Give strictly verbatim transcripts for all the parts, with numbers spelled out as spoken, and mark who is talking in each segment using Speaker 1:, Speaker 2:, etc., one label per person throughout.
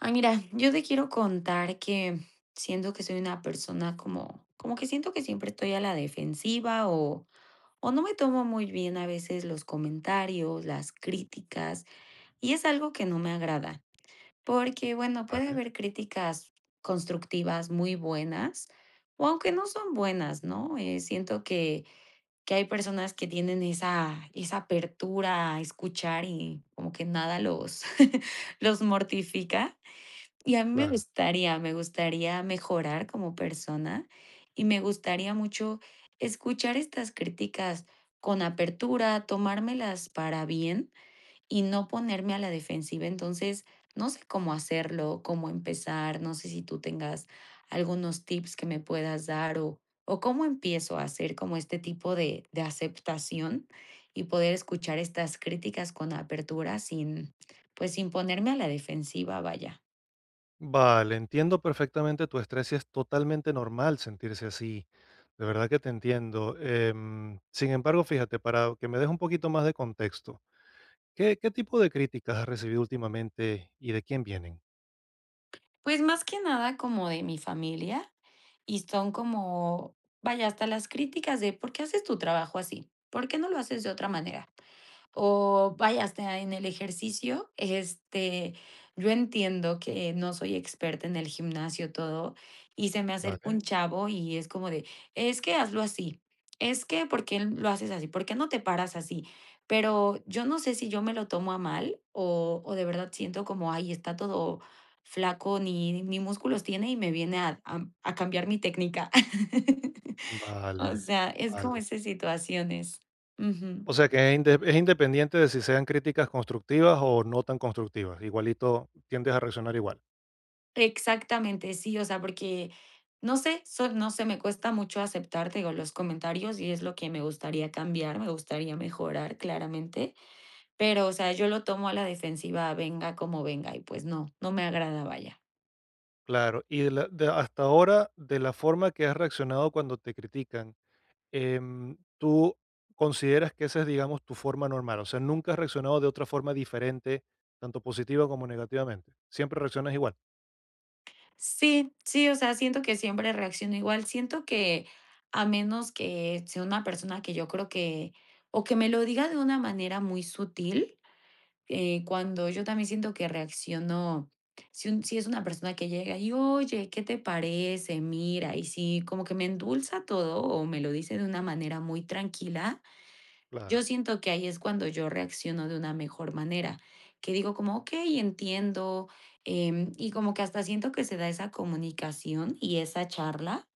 Speaker 1: Ay, mira, yo te quiero contar que siento que soy una persona como, como que siento que siempre estoy a la defensiva o, o no me tomo muy bien a veces los comentarios, las críticas, y es algo que no me agrada, porque bueno, puede
Speaker 2: Vale,
Speaker 1: haber críticas constructivas muy buenas, o aunque no son buenas, ¿no? Eh, siento que, que hay personas que tienen esa, esa apertura a escuchar y como que nada los, los mortifica. Y a mí me
Speaker 2: claro.
Speaker 1: gustaría, me gustaría mejorar como persona y me gustaría mucho escuchar estas críticas con apertura, tomármelas para bien y no ponerme a la defensiva. Entonces, no sé cómo hacerlo, cómo empezar, no sé si tú tengas algunos tips que me puedas dar o, o cómo empiezo a hacer como este tipo de, de aceptación y poder escuchar estas críticas con apertura sin, pues sin ponerme a la defensiva, vaya.
Speaker 2: Vale, entiendo perfectamente tu estrés y es totalmente normal sentirse así. De verdad que te entiendo. Em, sin embargo, fíjate, para que me des un poquito más de contexto, ¿qué, qué tipo de críticas has recibido últimamente y de quién vienen?
Speaker 1: Pues, más que nada como de mi familia, y son como, vaya, hasta las críticas de: "¿Por qué haces tu trabajo así? ¿Por qué no lo haces de otra manera? O vaya, hasta en el ejercicio, este, yo entiendo que no soy experta en el gimnasio, todo, y se me acerca
Speaker 2: Vale,
Speaker 1: un chavo y es como de, es que hazlo así, es que ¿por qué lo haces así? ¿Por qué no te paras así? Pero yo no sé si yo me lo tomo a mal o, o de verdad siento como, ay, está todo flaco, ni, ni músculos tiene y me viene a, a a cambiar mi técnica. O
Speaker 2: vale,
Speaker 1: sea, es como
Speaker 2: vale.
Speaker 1: esas situaciones. Ujú.
Speaker 2: O sea que es, inde- es independiente de si sean críticas constructivas o no tan constructivas. Igualito tiendes a reaccionar igual.
Speaker 1: Exactamente, sí, o sea, porque no sé, so no sé, me cuesta mucho aceptar, te digo, los comentarios y es lo que me gustaría cambiar, me gustaría mejorar claramente, pero, o sea, yo lo tomo a la defensiva, venga como venga, y pues no, no me agrada, vaya.
Speaker 2: Claro. Y de la- de hasta ahora, de la forma que has reaccionado cuando te critican. Em, tú consideras que esa es, digamos, tu forma normal, o sea, nunca has reaccionado de otra forma diferente, tanto positiva como negativamente. Siempre reaccionas igual.
Speaker 1: Sí, sí, o sea, siento que siempre reacciono igual, siento que a menos que sea una persona que yo creo que o que me lo diga de una manera muy sutil, eh, cuando yo también siento que reacciono, si, un- si es una persona que llega y, oye, ¿qué te parece? Mira, y si como que me endulza todo o me lo dice de una manera muy tranquila, yo
Speaker 2: Claro,
Speaker 1: siento que ahí es cuando yo reacciono de una mejor manera, que digo como, ok, entiendo, em, y como que hasta siento que se da esa comunicación y esa charla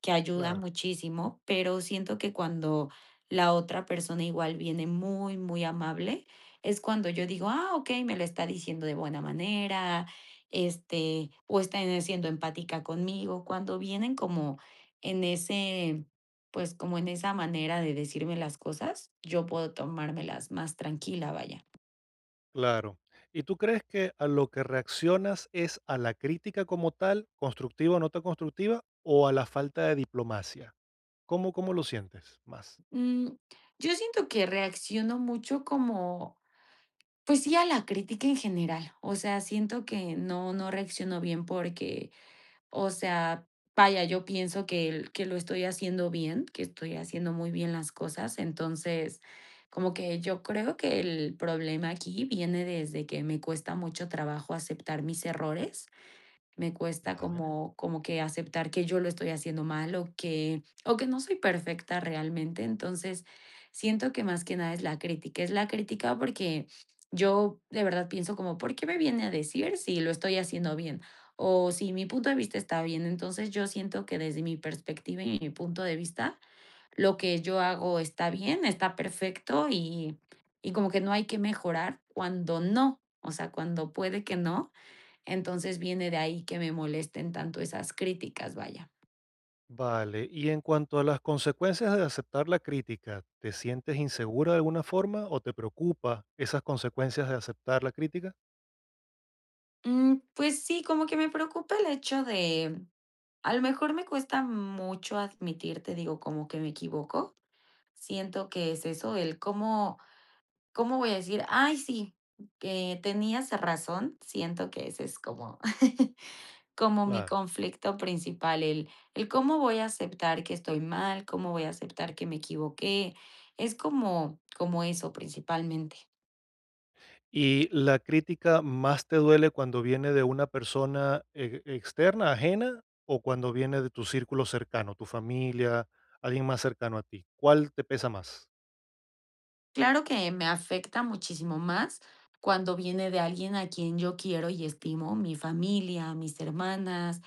Speaker 1: que ayuda
Speaker 2: claro,
Speaker 1: muchísimo, pero siento que cuando la otra persona igual viene muy, muy amable, es cuando yo digo, ah, ok, me lo está diciendo de buena manera, este, o está en- siendo empática conmigo, cuando vienen como en ese, pues como en esa manera de decirme las cosas, yo puedo tomármelas más tranquila, vaya.
Speaker 2: claro. ¿Y tú crees que a lo que reaccionas es a la crítica como tal, constructiva o no tan constructiva, o a la falta de diplomacia? ¿Cómo, cómo lo sientes más?
Speaker 1: Mm, yo siento que reacciono mucho como pues sí, a la crítica en general. O sea, siento que no, no reacciono bien porque, o sea, vaya, yo pienso que, el- que lo estoy haciendo bien, que estoy haciendo muy bien las cosas. Entonces, como que yo creo que el problema aquí viene desde que me cuesta mucho trabajo aceptar mis errores, me cuesta
Speaker 2: Vale.
Speaker 1: como, como que aceptar que yo lo estoy haciendo mal o que, o que no soy perfecta realmente. Entonces, siento que más que nada es la crítica. Es la crítica porque yo de verdad pienso como, ¿por qué me viene a decir si lo estoy haciendo bien? O si mi punto de vista está bien. Entonces, yo siento que desde mi perspectiva y mi punto de vista, lo que yo hago está bien, está perfecto y, y como que no hay que mejorar cuando no. O sea, cuando puede que no, entonces viene de ahí que me molesten tanto esas críticas, vaya.
Speaker 2: Vale, y en cuanto a las consecuencias de aceptar la crítica, ¿te sientes insegura de alguna forma o te preocupa esas consecuencias de aceptar la crítica?
Speaker 1: Mm, pues sí, como que me preocupa el hecho de, a lo mejor me cuesta mucho admitir, te digo, como que me equivoco. Siento que es eso, el cómo, cómo voy a decir, ay, sí, que tenías razón. Siento que ese es como, como mi
Speaker 2: Claro.
Speaker 1: conflicto principal, el, el cómo voy a aceptar que estoy mal, cómo voy a aceptar que me equivoqué. Es como, como eso principalmente.
Speaker 2: ¿Y la crítica más te duele cuando viene de una persona e- externa, ajena, o cuando viene de tu círculo cercano, tu familia, alguien más cercano a ti? ¿Cuál te pesa más?
Speaker 1: Claro que me afecta muchísimo más cuando viene de alguien a quien yo quiero y estimo, mi familia, mis hermanas,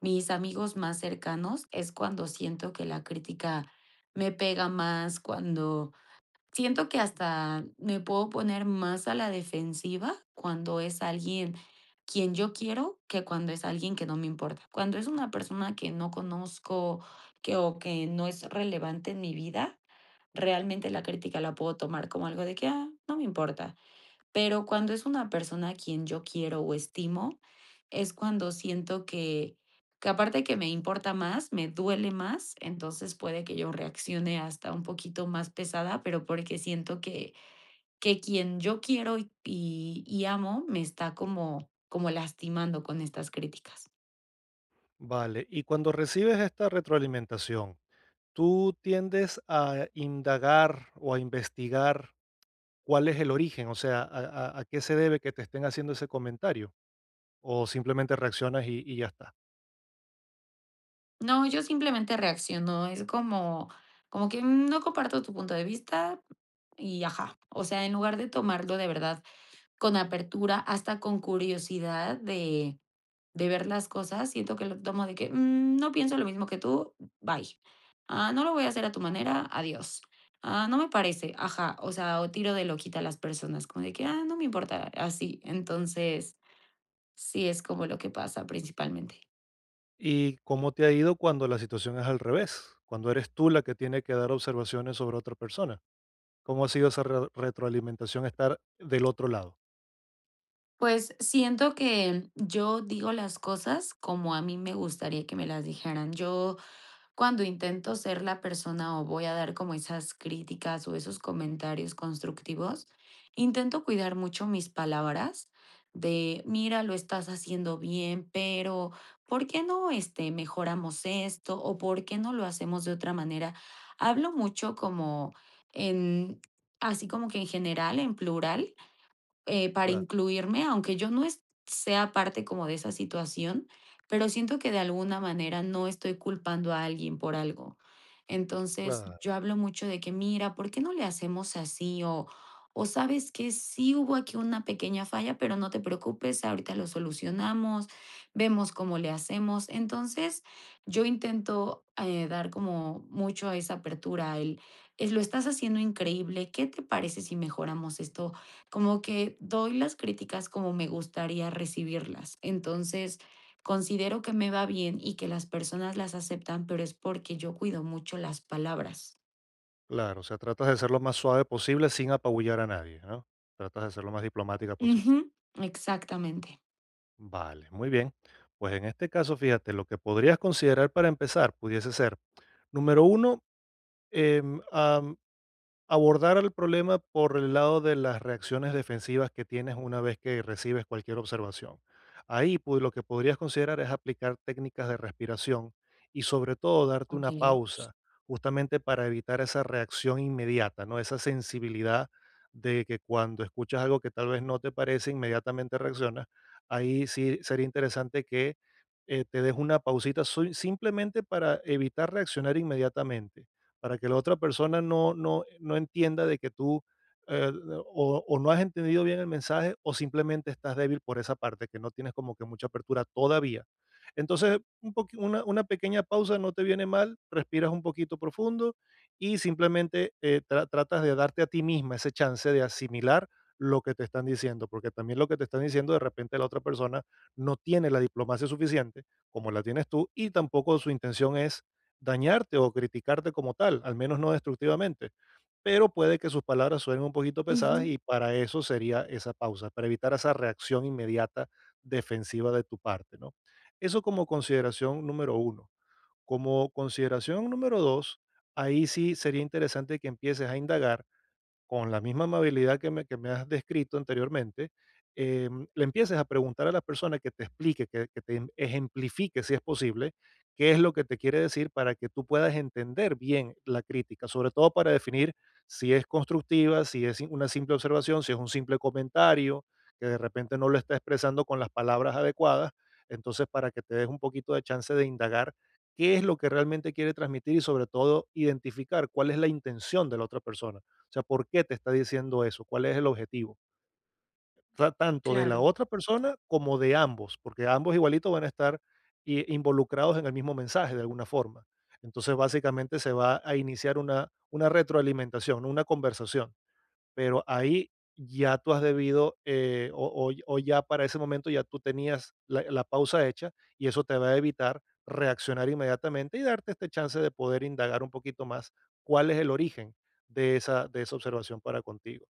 Speaker 1: mis amigos más cercanos, es cuando siento que la crítica me pega más, cuando siento que hasta me puedo poner más a la defensiva cuando es alguien quien yo quiero que cuando es alguien que no me importa. Cuando es una persona que no conozco que, o que no es relevante en mi vida, realmente la crítica la puedo tomar como algo de que, ah, no me importa. Pero cuando es una persona a quien yo quiero o estimo, es cuando siento que que aparte que me importa más, me duele más, entonces puede que yo reaccione hasta un poquito más pesada, pero porque siento que que quien yo quiero y y y amo me está como como lastimando con estas críticas.
Speaker 2: Vale. Y cuando recibes esta retroalimentación, ¿tú tiendes a indagar o a investigar cuál es el origen? O sea, ¿a, a- a qué se debe que te estén haciendo ese comentario? ¿O simplemente reaccionas y y ya está?
Speaker 1: No, yo simplemente reacciono, es como como que, mm, no comparto tu punto de vista y ajá. O sea, en lugar de tomarlo de verdad con apertura, hasta con curiosidad de de ver las cosas, siento que lo tomo de que: "Mm, no pienso lo mismo que tú, bye. Ah, no lo voy a hacer a tu manera, adiós. Ah, no me parece, ajá". O sea, o tiro de loquita a las personas, como de que: "Ah, no me importa", así. Entonces, sí es como lo que pasa principalmente.
Speaker 2: ¿Y cómo te ha ido cuando la situación es al revés? Cuando eres tú la que tiene que dar observaciones sobre otra persona. ¿Cómo ha sido esa re- retroalimentación estar del otro lado?
Speaker 1: Pues, siento que yo digo las cosas como a mí me gustaría que me las dijeran. Yo cuando intento ser la persona o voy a dar como esas críticas o esos comentarios constructivos, intento cuidar mucho mis palabras de, mira, lo estás haciendo bien, pero ¿por qué no este, mejoramos esto o por qué no lo hacemos de otra manera? Hablo mucho como en, así como que en general, en plural, eh, para
Speaker 2: Claro,
Speaker 1: incluirme, aunque yo no es- sea parte como de esa situación, pero siento que de alguna manera no estoy culpando a alguien por algo. Entonces,
Speaker 2: claro,
Speaker 1: yo hablo mucho de que, mira, ¿por qué no le hacemos así? O, o sabes que sí hubo aquí una pequeña falla, pero no te preocupes, ahorita lo solucionamos, vemos cómo le hacemos. Entonces, yo intento eh, dar como mucho a esa apertura, el, es, lo estás haciendo increíble, ¿qué te parece si mejoramos esto? Como que doy las críticas como me gustaría recibirlas. Entonces, considero que me va bien y que las personas las aceptan, pero es porque yo cuido mucho las palabras.
Speaker 2: claro. O sea, tratas de ser lo más suave posible sin apabullar a nadie, ¿no? Tratas de ser lo más diplomática
Speaker 1: Ujú.
Speaker 2: posible.
Speaker 1: Exactamente.
Speaker 2: Vale, muy bien. Pues en este caso, fíjate, lo que podrías considerar para empezar pudiese ser, número uno, abordar el problema por el lado de las reacciones defensivas que tienes una vez que recibes cualquier observación. Ahí pues, lo que podrías considerar es aplicar técnicas de respiración y sobre todo darte una
Speaker 1: Okey.
Speaker 2: pausa justamente para evitar esa reacción inmediata, ¿no? Esa sensibilidad de que cuando escuchas algo que tal vez no te parece, inmediatamente reaccionas. Ahí sí sería interesante que eh, te des una pausita soy- simplemente para evitar reaccionar inmediatamente para que la otra persona no, no, no entienda de que tú eh, o, o no has entendido bien el mensaje o simplemente estás débil por esa parte, que no tienes como que mucha apertura todavía. Entonces, un poqui- una, una pequeña pausa no te viene mal, respiras un poquito profundo y simplemente eh, tra- tratas de darte a ti misma ese chance de asimilar lo que te están diciendo, porque también lo que te están diciendo de repente la otra persona no tiene la diplomacia suficiente como la tienes tú y tampoco su intención es dañarte o criticarte como tal, al menos no destructivamente, pero puede que sus palabras suenen un poquito pesadas
Speaker 1: Ujú,
Speaker 2: y para eso sería esa pausa, para evitar esa reacción inmediata defensiva de tu parte, ¿no? Eso como consideración número uno. Como consideración número dos, ahí sí sería interesante que empieces a indagar con la misma amabilidad que me, que me has descrito anteriormente, em, le empieces a preguntar a la persona que te explique, que, que te em- ejemplifique, si es posible, qué es lo que te quiere decir para que tú puedas entender bien la crítica, sobre todo para definir si es constructiva, si es una simple observación, si es un simple comentario, que de repente no lo está expresando con las palabras adecuadas. Entonces, para que te des un poquito de chance de indagar qué es lo que realmente quiere transmitir y sobre todo identificar cuál es la intención de la otra persona. O sea, ¿por qué te está diciendo eso? ¿Cuál es el objetivo? Ta- Tanto de la
Speaker 1: claro.
Speaker 2: otra persona como de ambos, porque ambos igualitos van a estar i- involucrados en el mismo mensaje de alguna forma. Entonces, básicamente se va a iniciar una, una retroalimentación, una conversación, pero ahí ya tú has debido, eh, o, o- o ya para ese momento ya tú tenías la, la pausa hecha y eso te va a evitar reaccionar inmediatamente y darte este chance de poder indagar un poquito más cuál es el origen de esa, de esa observación para contigo.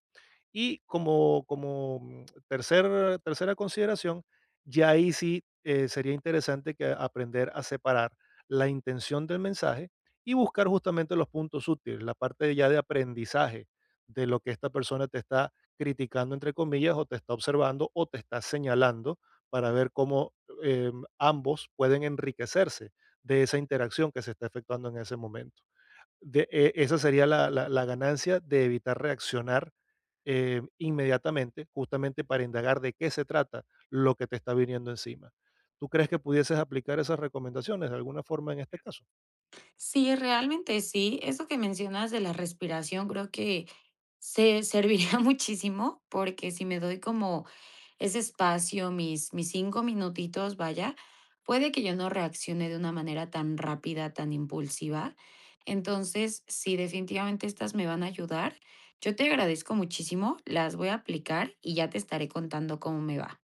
Speaker 2: Y como como, mm, tercer tercera consideración, ya ahí sí, eh, sería interesante que aprender a separar la intención del mensaje y buscar justamente los puntos útiles, la parte ya de aprendizaje de lo que esta persona te está criticando, entre comillas, o te está observando o te está señalando para ver cómo, em, ambos pueden enriquecerse de esa interacción que se está efectuando en ese momento de, e- esa sería la, la- la ganancia de evitar reaccionar eh, inmediatamente, justamente para indagar de qué se trata lo que te está viniendo encima. ¿Tú crees que pudieses aplicar esas recomendaciones de alguna forma en este caso?
Speaker 1: Sí, realmente sí. Eso que mencionas de la respiración creo que se serviría muchísimo porque si me doy como ese espacio, mis, mis cinco minutitos, vaya, puede que yo no reaccione de una manera tan rápida, tan impulsiva. Entonces, sí, definitivamente estas me van a ayudar. Yo te agradezco muchísimo, las voy a aplicar y ya te estaré contando cómo me va.